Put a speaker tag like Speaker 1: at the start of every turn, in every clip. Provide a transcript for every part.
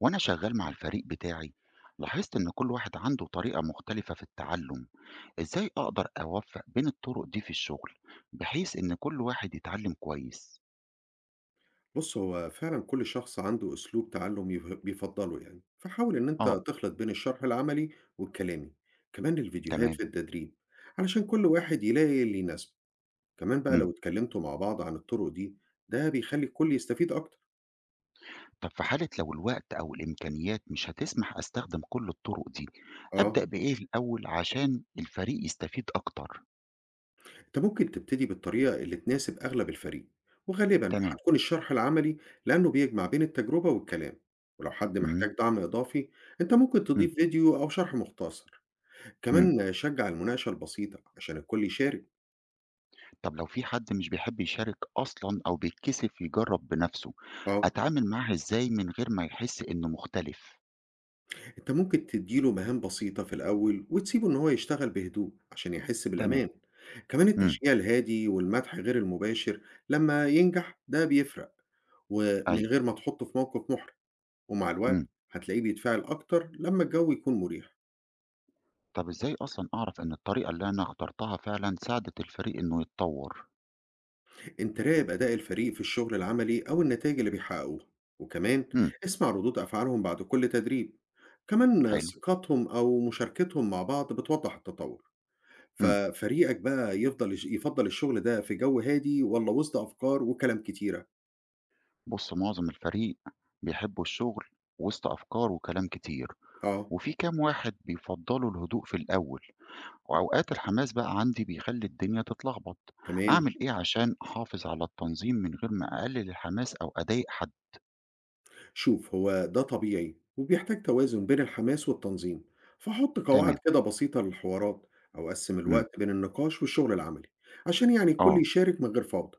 Speaker 1: وأنا شغال مع الفريق بتاعي لاحظت إن كل واحد عنده طريقة مختلفة في التعلم، إزاي أقدر أوفق بين الطرق دي في الشغل بحيث إن كل واحد يتعلم كويس؟
Speaker 2: بُص، هو فعلًا كل شخص عنده أسلوب تعلُّم بيفضّله يعني، فحاول إن أنت
Speaker 1: آه.
Speaker 2: تخلِط بين الشرح العملي والكلامي، كمان الفيديوهات
Speaker 1: تمام.
Speaker 2: في التدريب، علشان كل واحد يلاقي اللي يناسبه، كمان بقى
Speaker 1: مم.
Speaker 2: لو اتكلّمتوا مع بعض عن الطُرق دي، ده بيخلّي الكل يستفيد أكتر.
Speaker 1: طب في حالة لو الوقت أو الإمكانيات مش هتسمح أستخدم كل الطرق دي،
Speaker 2: آه،
Speaker 1: أبدأ بإيه الأول عشان الفريق يستفيد أكتر؟
Speaker 2: أنت ممكن تبتدي بالطريقة اللي تناسب أغلب الفريق، وغالبًا
Speaker 1: تمام.
Speaker 2: هتكون الشرح العملي لإنه بيجمع بين التجربة والكلام، ولو حد
Speaker 1: مم.
Speaker 2: محتاج دعم إضافي، أنت ممكن
Speaker 1: مم.
Speaker 2: تضيف فيديو أو شرح مختصر.
Speaker 1: مم.
Speaker 2: كمان شجّع المناقشة البسيطة عشان الكل يشارك،
Speaker 1: طب لو في حد مش بيحب يشارك أصلا أو بيتكسف يجرب بنفسه،
Speaker 2: آه،
Speaker 1: أتعامل معاه إزاي من غير ما يحس إنه مختلف؟
Speaker 2: أنت ممكن تدّي له مهام بسيطة في الأول وتسيبه إن هو يشتغل بهدوء عشان يحس
Speaker 1: تمام.
Speaker 2: بالأمان، كمان
Speaker 1: إمم.
Speaker 2: التشجيع الهادي والمدح غير المباشر لمّا ينجح ده بيفرق، ومن
Speaker 1: أيوه.
Speaker 2: غير ما تحطه في موقف محرج، ومع الوقت
Speaker 1: إمم.
Speaker 2: هتلاقيه بيتفاعل أكتر لمّا الجو يكون مريح.
Speaker 1: طَب إزاي أصلًا أعرف إن الطريقة اللي أنا اخترتها فعلًا ساعدت الفريق إنه يتطوّر؟
Speaker 2: أنت راقب أداء الفريق في الشغل العملي أو النتائج اللي بيحققوها، وكمان
Speaker 1: إمم.
Speaker 2: اسمع ردود أفعالهم بعد كل تدريب، كمان
Speaker 1: حلو.
Speaker 2: ثقتهم أو مشاركتهم مع بعض بتوضح التطور.
Speaker 1: إمم.
Speaker 2: ففريقك بقى يفضل الشغل ده في جو هادي ولا وسط أفكار وكلام كتيرة؟
Speaker 1: بُص، معظم الفريق بيحبّوا الشغل وِسط أفكار وكلام كتير،
Speaker 2: آه،
Speaker 1: وفي كام واحد بيفضّلوا الهدوء في الأول، وأوقات الحماس بقى عندي بيخلّي الدنيا تتلخبط،
Speaker 2: تمام،
Speaker 1: أعمل إيه عشان أحافظ على التنظيم من غير ما أقلّل الحماس أو أضايق حد؟
Speaker 2: شوف هو ده طبيعي وبيحتاج توازن بين الحماس والتنظيم، فحط قواعد
Speaker 1: تمام.
Speaker 2: كده بسيطة للحوارات أو قسم
Speaker 1: إمم.
Speaker 2: الوقت بين النقاش والشغل العملي عشان يعني الكل
Speaker 1: آه.
Speaker 2: يشارك من غير فوضى.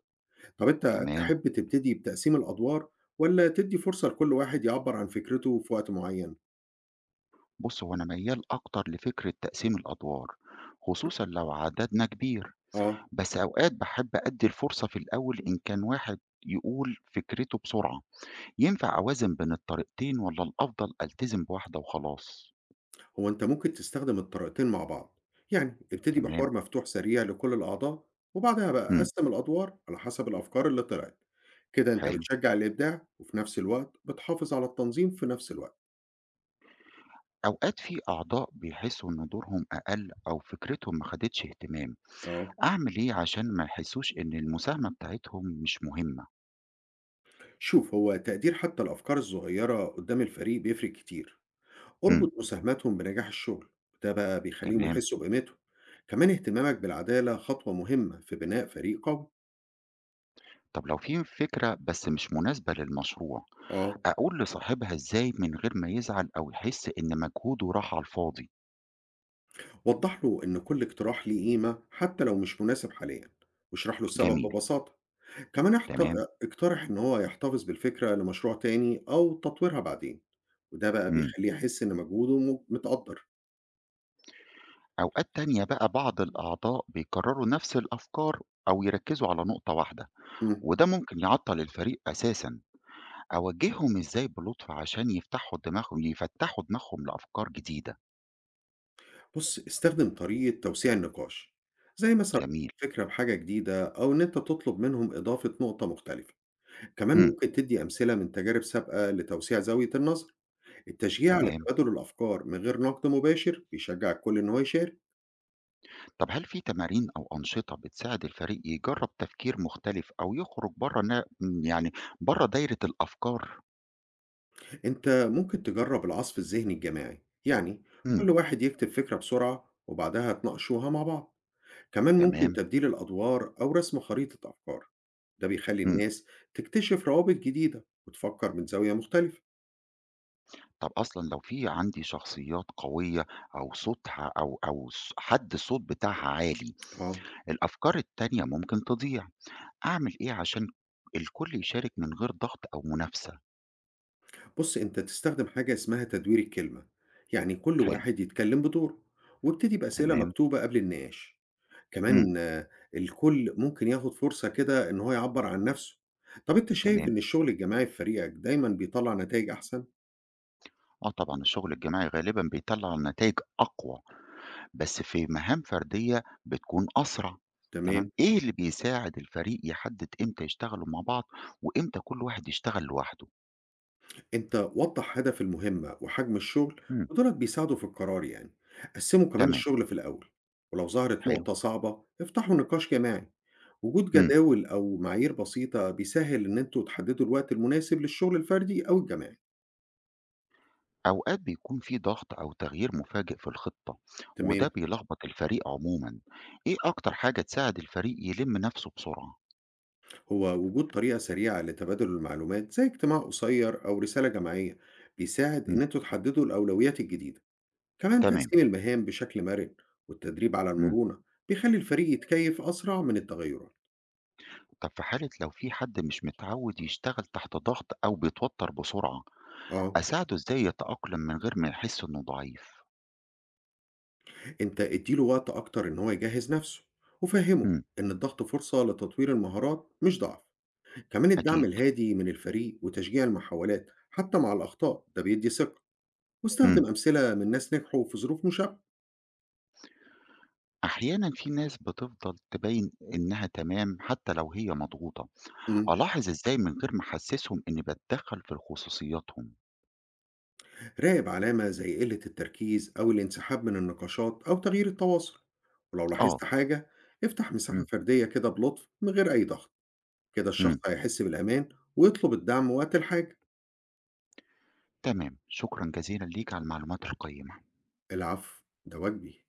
Speaker 2: طب أنت
Speaker 1: تمام.
Speaker 2: تحب تبتدي بتقسيم الأدوار والّا تدّي فرصة لكل واحد يعبّر عن فكرته في وقت معيّن؟
Speaker 1: بُص، هو أنا ميّال أكتر لفكرة تقسيم الأدوار، خصوصًا لو عددنا كبير،
Speaker 2: آه،
Speaker 1: بس أوقات باحب أدّي الفرصة في الأول إن كان واحد يقول فكرته بسرعة. ينفع أوازن بين الطريقتين والّا الأفضل ألتزم بواحدة وخلاص؟
Speaker 2: هو أنت ممكن تستخدم الطريقتين مع بعض، يعني ابتدي
Speaker 1: تمام.
Speaker 2: بحوار مفتوح سريع لكل الأعضاء، وبعدها بقى
Speaker 1: إمم.
Speaker 2: قسّم الأدوار على حسب الأفكار اللي طلعت، كده أنت
Speaker 1: حلو.
Speaker 2: بتشجّع الإبداع وفي نفس الوقت بتحافظ على التنظيم في نفس الوقت،
Speaker 1: أوقات في أعضاء بيحسّوا إن دورهم أقل أو فكرتهم ما خدتش اهتمام،
Speaker 2: آه،
Speaker 1: أعمل إيه عشان ما يحسّوش إن المساهمة بتاعتهم مش مهمة؟
Speaker 2: شوف هو تقدير حتى الأفكار الصغيّرة قدّام الفريق بيفرق كتير.
Speaker 1: إمم.
Speaker 2: اربط مساهماتهم بنجاح الشغل، ده بقى بيخليهم
Speaker 1: تمام.
Speaker 2: يحسوا بقيمته. كمان اهتمامك بالعدالة خطوة مهمة في بناء فريق قوي.
Speaker 1: طب لو في فكرة بس مش مناسبة للمشروع،
Speaker 2: اه،
Speaker 1: أقول لصاحبها إزاي من غير ما يزعل أو يحس إن مجهوده راح على الفاضي؟
Speaker 2: وضح له ان كل اقتراح ليه قيمة حتى لو مش مناسب حاليا، واشرح له السبب
Speaker 1: جميل.
Speaker 2: ببساطة. كمان
Speaker 1: تمام.
Speaker 2: اقترح ان هو يحتفظ بالفكرة لمشروع تاني او تطويرها بعدين، وده بقى
Speaker 1: إمم.
Speaker 2: بيخليه يحس ان مجهوده متقدر.
Speaker 1: أوقات تانية بقى بعض الأعضاء بيكرروا نفس الأفكار أو يركزوا على نقطة واحدة،
Speaker 2: مم.
Speaker 1: وده ممكن يعطل الفريق أساسًا. أوجههم إزاي بلطف عشان يفتحوا دماغهم لأفكار جديدة؟
Speaker 2: بص استخدم طريقة توسيع النقاش، زي مثلا
Speaker 1: جميل.
Speaker 2: فكرة بحاجة جديدة أو إن أنت تطلب منهم إضافة نقطة مختلفة، كمان
Speaker 1: إمم.
Speaker 2: ممكن تدّي أمثلة من تجارب سابقة لتوسيع زاوية النظر. التشجيع على
Speaker 1: تمام.
Speaker 2: تبادل الأفكار من غير نقد مباشر بيشجّع الكل إن هو يشارك.
Speaker 1: طب هل في تمارين أو أنشطة بتساعد الفريق يجرب تفكير مختلف أو يخرج برّه نا يعني برّه دايرة الأفكار؟
Speaker 2: أنت ممكن تجرّب العصف الذهني الجماعي، يعني
Speaker 1: إمم.
Speaker 2: كل واحد يكتب فكرة بسرعة وبعدها تناقشوها مع بعض. كمان ممكن
Speaker 1: تمام.
Speaker 2: تبديل الأدوار أو رسم خريطة أفكار، ده بيخلّي
Speaker 1: إمم.
Speaker 2: الناس تكتشف روابط جديدة وتفكّر من زاوية مختلفة.
Speaker 1: طب أصلًا لو في عندي شخصيات قوية أو صوتها أو حد الصوت بتاعها عالي،
Speaker 2: آه،
Speaker 1: الأفكار التانية ممكن تضيع، أعمل إيه عشان الكل يشارك من غير ضغط أو منافسة؟
Speaker 2: بُص أنت تستخدم حاجة اسمها تدوير الكلمة، يعني كل
Speaker 1: حلو.
Speaker 2: واحد يتكلم بدوره وابتدي بأسئلة
Speaker 1: تمام.
Speaker 2: مكتوبة قبل النقاش.
Speaker 1: إمم.
Speaker 2: كمان الكل ممكن ياخد فرصة كده إن هو يعبّر عن نَفْسه. طَب أنت شايف
Speaker 1: تمام.
Speaker 2: إن الشغل الجماعي في فريقك دايمًا بيطلّع نتايج أحسن؟
Speaker 1: آه، طبعًا الشغل الجماعي غالبًا بيطلّع نتايج أقوى، بس في مهام فردية بتكون أسرع. تمام.
Speaker 2: تمام،
Speaker 1: إيه اللي بيساعد الفريق يحدد إمتى يشتغلوا مع بعض وإمتى كل واحد يشتغل لوحده؟
Speaker 2: أنت وضّح هدف المهمة وحجم الشغل
Speaker 1: إمم.
Speaker 2: ودولَة بيساعدوا في القرار يعني. قسّموا كمان
Speaker 1: تمام.
Speaker 2: الشغل في الأول، ولو ظهرت
Speaker 1: حلو.
Speaker 2: نقطة صعبة افتحوا نقاش جماعي. وجود
Speaker 1: إمم.
Speaker 2: جداول أو معايير بسيطة بيسهّل إن أنتم تحددوا الوقت المناسب للشغل الفردي أو الجماعي.
Speaker 1: أوقات بيكون في ضغط أو تغيير مفاجئ في الخطة وده
Speaker 2: تمام.
Speaker 1: بيلخبط الفريق عموما. إيه أكتر حاجة تساعد الفريق يلم نفسه بسرعة؟
Speaker 2: هو وجود طريقة سريعة لتبادل المعلومات زي اجتماع قصير أو رسالة جماعية بيساعد
Speaker 1: مم.
Speaker 2: إن أنتوا تحددوا الأولويات الجديدة، كمان
Speaker 1: تمام.
Speaker 2: تقسيم المهام بشكل مرن والتدريب على
Speaker 1: مم.
Speaker 2: المرونة بيخلي الفريق يتكيف أسرع من التغيرات.
Speaker 1: طب في حالة لو في حد مش متعود يشتغل تحت ضغط أو بيتوتر بسرعة،
Speaker 2: آه،
Speaker 1: أساعده إزاي يتأقلم من غير ما يحس إنه ضعيف؟
Speaker 2: أنت اديله وقت أكتر إن هو يجهز نفسه وفهمه
Speaker 1: مم.
Speaker 2: إن الضغط فرصة لتطوير المهارات مش ضعف. كمان الدعم
Speaker 1: أكيد.
Speaker 2: الهادي من الفريق وتشجيع المحاولات حتى مع الأخطاء ده بيدي ثقة،
Speaker 1: مم.
Speaker 2: واستخدم أمثلة من ناس نجحوا في ظروف مشابهة.
Speaker 1: أحيانا في ناس بتفضل تبين إنها تمام حتى لو هي مضغوطة،
Speaker 2: مم.
Speaker 1: ألاحظ إزاي من غير ما أحسسهم إني بتدخل في خصوصياتهم؟
Speaker 2: راقب علامة زي قلة التركيز أو الانسحاب من النقاشات أو تغيير التواصل، ولو لاحظت
Speaker 1: آه.
Speaker 2: حاجة افتح
Speaker 1: مم.
Speaker 2: مساحة فردية كده بلطف من غير أي ضغط، كده الشخص
Speaker 1: مم.
Speaker 2: هيحس بالأمان ويطلب الدعم وقت الحاجة.
Speaker 1: تمام، شكرًا جزيلًا ليك على المعلومات القيّمة.
Speaker 2: العفو، ده واجبي.